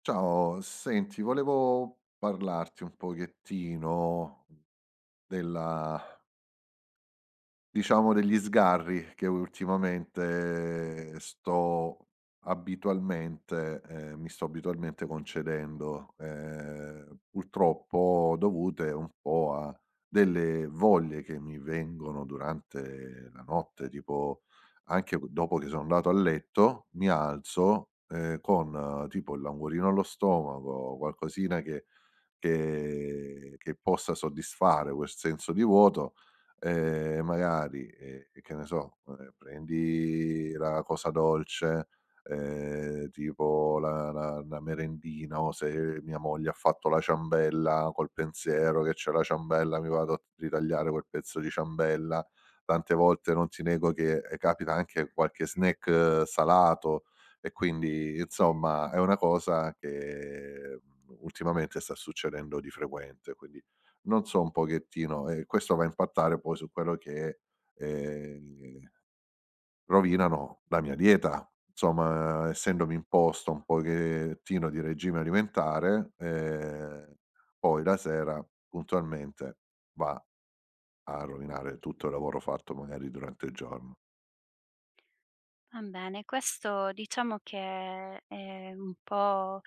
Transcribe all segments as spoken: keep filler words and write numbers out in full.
Ciao, senti, volevo parlarti un pochettino della. Diciamo, degli sgarri che ultimamente eh, sto abitualmente ehm, mi sto abitualmente concedendo, ehm, purtroppo dovute un po' a delle voglie che mi vengono durante la notte, tipo anche dopo che sono andato a letto mi alzo, ehm, con eh, tipo il languorino allo stomaco, qualcosina che che che possa soddisfare quel senso di vuoto. Ehm, magari, ehm, che ne so, ehm, prendi la cosa dolce, ehm, tipo la la la merendina, o se mia moglie ha fatto la ciambella, col pensiero che c'è la ciambella mi vado a ritagliare quel pezzo di ciambella. Tante volte non ti nego che, ehm, capita anche qualche snack eh, salato, e quindi insomma è una cosa che, mhmm, ultimamente sta succedendo di frequente, quindi non so un pochettino, e questo va a impattare poi su quello che, ehm, rovinano la mia dieta. Insomma, essendomi imposto un pochettino di regime alimentare, ehm, poi la sera puntualmente va a rovinare tutto il lavoro fatto magari durante il giorno. Va bene, questo diciamo che è un po'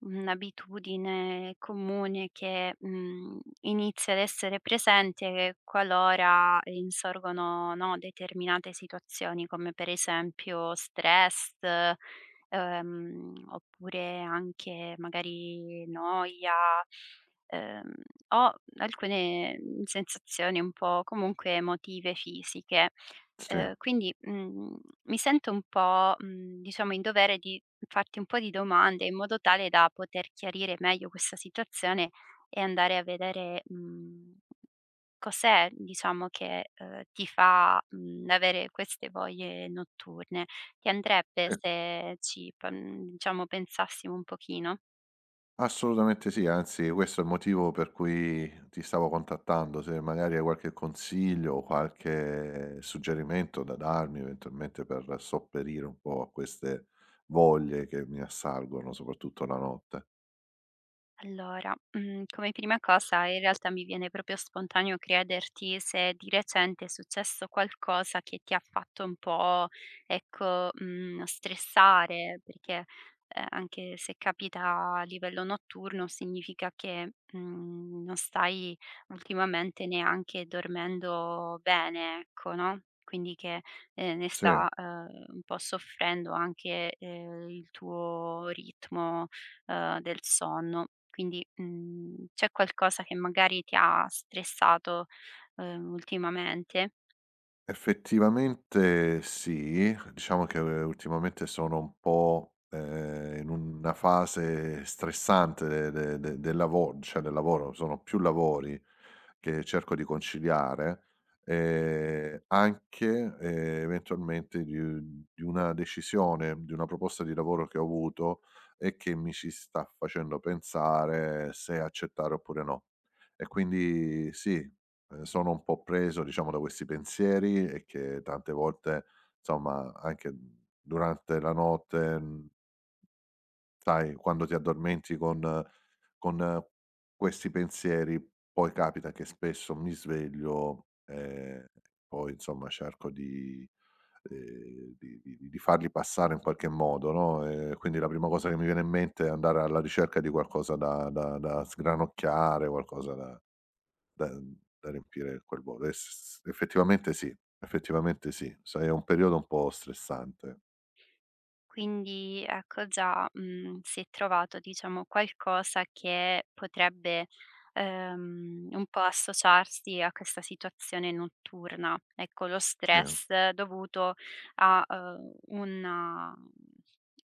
un'abitudine comune che, mhmm, inizia ad essere presente qualora insorgono, no, determinate situazioni come per esempio stress, ehm, oppure anche magari noia, ehm, o alcune sensazioni un po' comunque emotive, fisiche. Sì. Ehm, quindi, mhmm, mi sento un po', mhmm, diciamo in dovere di farti un po' di domande in modo tale da poter chiarire meglio questa situazione e andare a vedere, mhmm, cos'è diciamo che, ehm, ti fa, mhmm, avere queste voglie notturne. Ti andrebbe Sì, se ci pan diciamo pensassimo un pochino? assolutamente sì, anzi questo è il motivo per cui ti stavo contattando, se magari hai qualche consiglio o qualche suggerimento da darmi eventualmente per sopperire un po' a queste voglie che mi assalgono, soprattutto la notte. Allora, mhmm, come prima cosa in realtà mi viene proprio spontaneo chiederti se di recente è successo qualcosa che ti ha fatto un po', ecco, mhmm, stressare, perché, ehm, anche se capita a livello notturno significa che, mhmm, non stai ultimamente neanche dormendo bene, ecco, no, quindi che, ehm, ne Sì, sta, ehm, un po' soffrendo anche, ehm, il tuo ritmo uhm, del sonno. Quindi, mhmm, c'è qualcosa che magari ti ha stressato, uhm, ultimamente? effettivamente sì, diciamo che eh, ultimamente sono un po', ehm, in una fase stressante de de de del lavo cioè del lavoro, sono più lavori che cerco di conciliare, ehm, anche, ehm, eventualmente di u di una decisione, di una proposta di lavoro che ho avuto e che mi ci sta facendo pensare se accettare oppure no. E quindi sì, ehm, sono un po' preso diciamo da questi pensieri, e che tante volte, insomma, anche durante la notte, mhmm. Sai, quando ti addormenti con con eh, questi pensieri, poi capita che spesso mi sveglio, ehm, poi insomma cerco di ehm, di di di farli passare in qualche modo, no, ehm, quindi la prima cosa che mi viene in mente è andare alla ricerca di qualcosa da da da sgranocchiare, qualcosa da da da riempire quel vuoto. E s s Effettivamente sì, effettivamente sì. Sai, è un periodo un po' stressante. Quindi ecco già, mhmm, si è trovato diciamo qualcosa che potrebbe, ehm, un po' associarsi a questa situazione notturna. Ecco, lo Sì. stress eh, dovuto a, uhm, una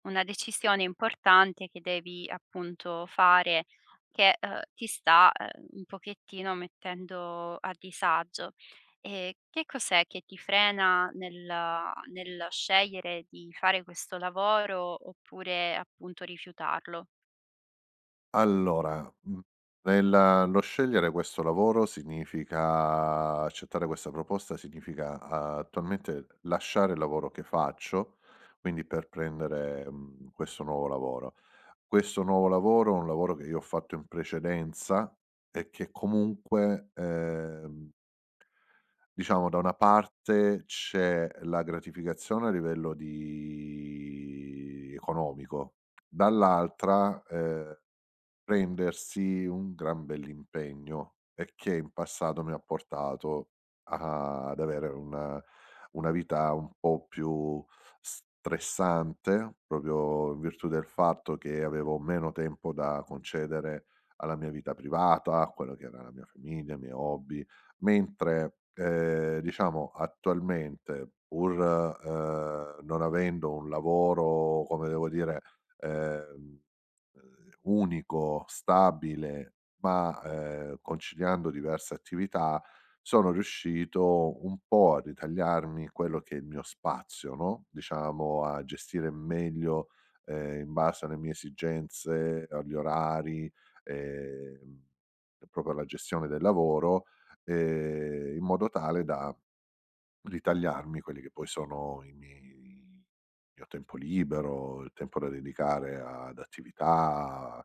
una decisione importante che devi appunto fare che, uhm, ti sta, ehm, un pochettino mettendo a disagio. E che cos'è che ti frena nel nel scegliere di fare questo lavoro oppure appunto rifiutarlo? Allora, mhmm, nella lo scegliere questo lavoro, significa accettare questa proposta, significa ah, attualmente lasciare il lavoro che faccio, quindi per prendere, mhmm, questo nuovo lavoro. Questo nuovo lavoro è un lavoro che io ho fatto in precedenza, e che comunque, ehm, diciamo da una parte c'è la gratificazione a livello di economico, dall'altra, ehm. Prendersi un gran bell'impegno, e che in passato mi ha portato a ad avere una una vita un po' più stressante, proprio in virtù del fatto che avevo meno tempo da concedere alla mia vita privata, a quello che era la mia famiglia, i miei hobby, mentre, ehm, diciamo attualmente pur, ehm, non avendo un lavoro, come devo dire, ehm. Uhm, unico, stabile, ma, ehm, conciliando diverse attività, sono riuscito un po' a ritagliarmi quello che è il mio spazio, no, diciamo a gestire meglio, ehm, in base alle mie esigenze, agli orari, ehm, proprio alla gestione del lavoro, ehm, in modo tale da ritagliarmi quelli che poi sono i miei, il mio tempo libero, il tempo da dedicare ad attività, a-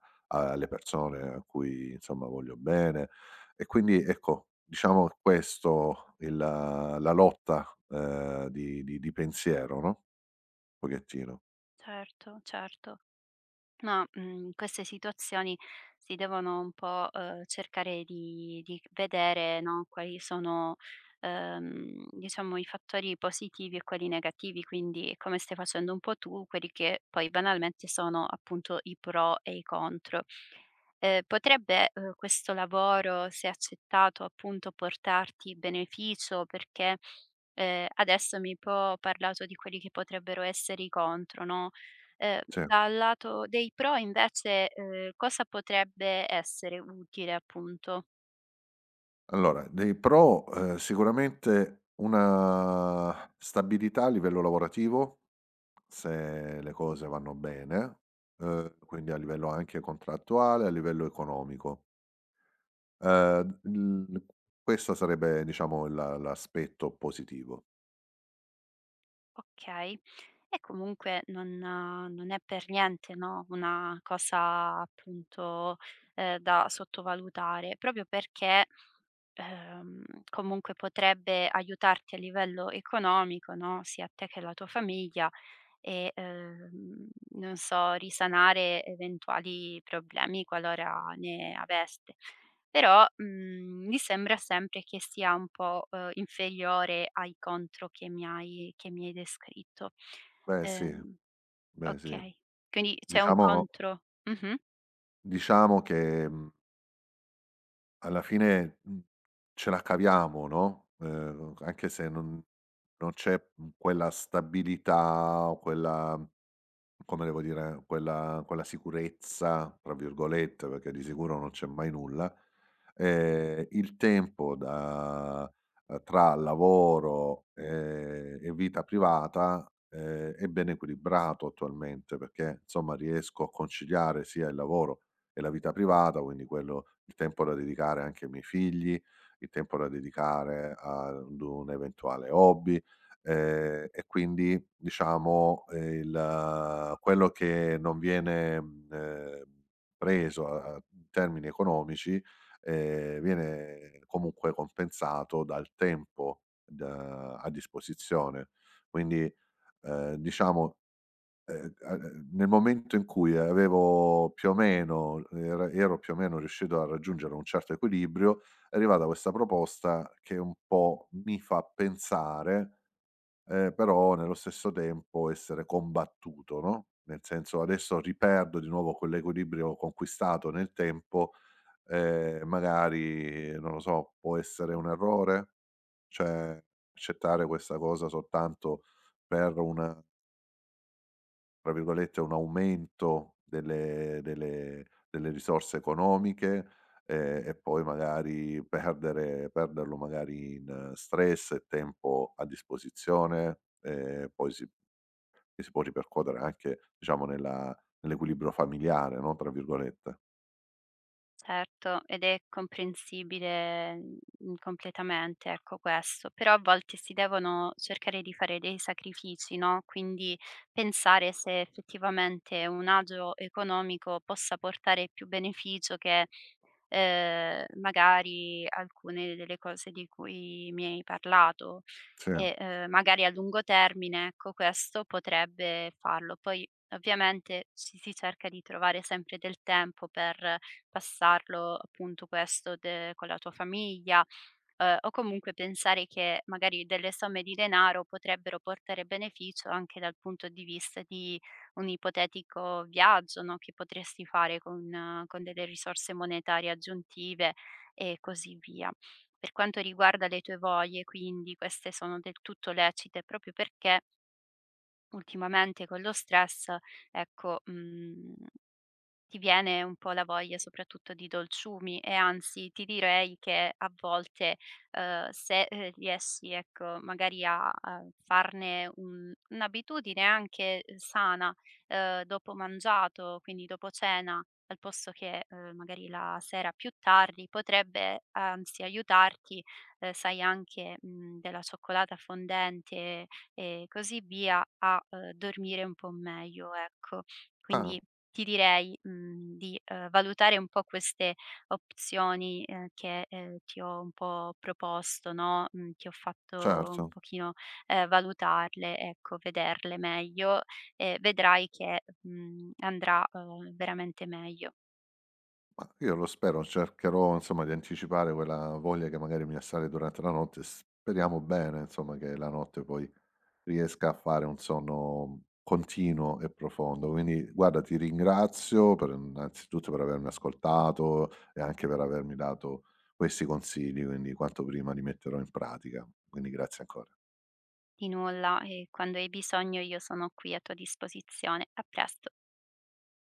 alle persone a cui insomma voglio bene. E quindi ecco, diciamo questo il la la lotta, ehm, di di di pensiero, no, un pochettino. Certo, certo. Ma, mhmm, queste situazioni si devono un po', uhm, cercare di di vedere, no, quali sono, uhm, diciamo i fattori positivi e quelli negativi, quindi come stai facendo un po' tu, quelli che poi banalmente sono appunto i pro e i contro. Ehm, potrebbe, uhm, questo lavoro, se accettato appunto, portarti beneficio? Perché, ehm, adesso mi hai un po' parlato di quelli che potrebbero essere i contro, no, Ehm, Sì. dal lato dei pro invece, ehm, cosa potrebbe essere utile appunto? Allora, dei pro, ehm, sicuramente una stabilità a livello lavorativo, se le cose vanno bene, uhm, quindi a livello anche contrattuale, a livello economico. Uhm, il questo sarebbe diciamo la l'aspetto positivo. Okay. E comunque non eh, non è per niente, no, una cosa appunto, ehm, da sottovalutare, proprio perché, ehm, comunque potrebbe aiutarti a livello economico, no, sia a te che alla tua famiglia e, ehm, non so, risanare eventuali problemi qualora ne aveste. Però, mhmm, mi sembra sempre che sia un po', uhm, inferiore ai contro che mi hai che mi hai descritto. Beh sì, Ehm, beh sì. okay. Quindi c'è un Diciamo, contro mh-mh, diciamo che, mhmm, alla fine, mhmm, ce la caviamo, no, uhm, anche se non non c'è, mhmm, quella stabilità o quella, come devo dire, quella quella "sicurezza" tra virgolette, perché di sicuro non c'è mai nulla, ehm, il tempo da uhm, tra lavoro, ehm, e vita privata, ehm, è ben equilibrato attualmente, perché insomma riesco a conciliare sia il lavoro e la vita privata, quindi quello il tempo da dedicare anche ai miei figli, il tempo da dedicare ad un eventuale hobby, ehm, e quindi diciamo, ehm, il eh, quello che non viene, mhmm, ehm, preso a a in termini economici, ehm, viene comunque compensato dal tempo da a disposizione. Quindi, ehm, diciamo, ehm, a ehm, nel momento in cui avevo più o meno era ero più o meno riuscito a raggiungere un certo equilibrio, è arrivata questa proposta che un po' mi fa pensare. Ehm, però nello stesso tempo essere combattuto, no, nel senso adesso riperdo di nuovo quell'equilibrio conquistato nel tempo, ehm, magari non lo so, può essere un errore? Cioè, accettare questa cosa soltanto per un, tra virgolette, "un aumento" delle delle delle risorse economiche, ehm, e poi magari perdere perderlo magari in eh, stress e tempo a disposizione, ehm, poi si che si può ripercuotere anche, diciamo, nella nell'equilibrio "familiare", no, tra virgolette. certo, ed è comprensibile, mhmm, completamente, ecco, questo. Però a volte si devono cercare di fare dei sacrifici, no, quindi pensare se effettivamente un agio economico possa portare più beneficio che ehm, magari alcune delle cose di cui mi hai parlato Sì. e, ehm, magari a lungo termine, ecco, questo potrebbe farlo. Poi ovviamente ci si cerca di trovare sempre del tempo per passarlo, appunto questo de con la tua famiglia, Ehm, o comunque pensare che magari delle somme di denaro potrebbero portare beneficio anche dal punto di vista di un ipotetico viaggio, no, che potresti fare con eh, con delle risorse monetarie aggiuntive e così via. Per quanto riguarda le tue voglie, quindi, queste sono del tutto lecite proprio perché ultimamente con lo stress, ecco, mhmm ti viene un po' la voglia soprattutto di dolciumi e anzi ti direi che a volte, uhm, se, ehm, riesci ecco magari a a farne un un'abitudine anche, uhm, sana, uhm, dopo mangiato, quindi dopo cena, al posto che, uhm, magari la sera più tardi, potrebbe anzi aiutarti, uhm, sai anche, mhmm, della cioccolata fondente e così via, a, uhm, dormire un po' meglio, ecco. Ah, Quindi ti direi, mhmm, di, ehm, valutare un po' queste opzioni, ehm, che, ehm, ti ho un po' proposto, no, mhmm, ti ho fatto un certo. pochino, ehm, valutarle, ecco, vederle meglio e vedrai che, mhmm, andrà, uhm, veramente meglio. Ma io lo spero, cercherò insomma di anticipare quella voglia che magari mi assale durante la notte, speriamo bene insomma che la notte poi riesca a fare un sonno continuo e profondo. Quindi guarda, ti ringrazio per innanzitutto per avermi ascoltato e anche per avermi dato questi consigli, quindi quanto prima li metterò in pratica. Quindi grazie ancora. Di nulla e quando hai bisogno io sono qui a tua disposizione. A presto.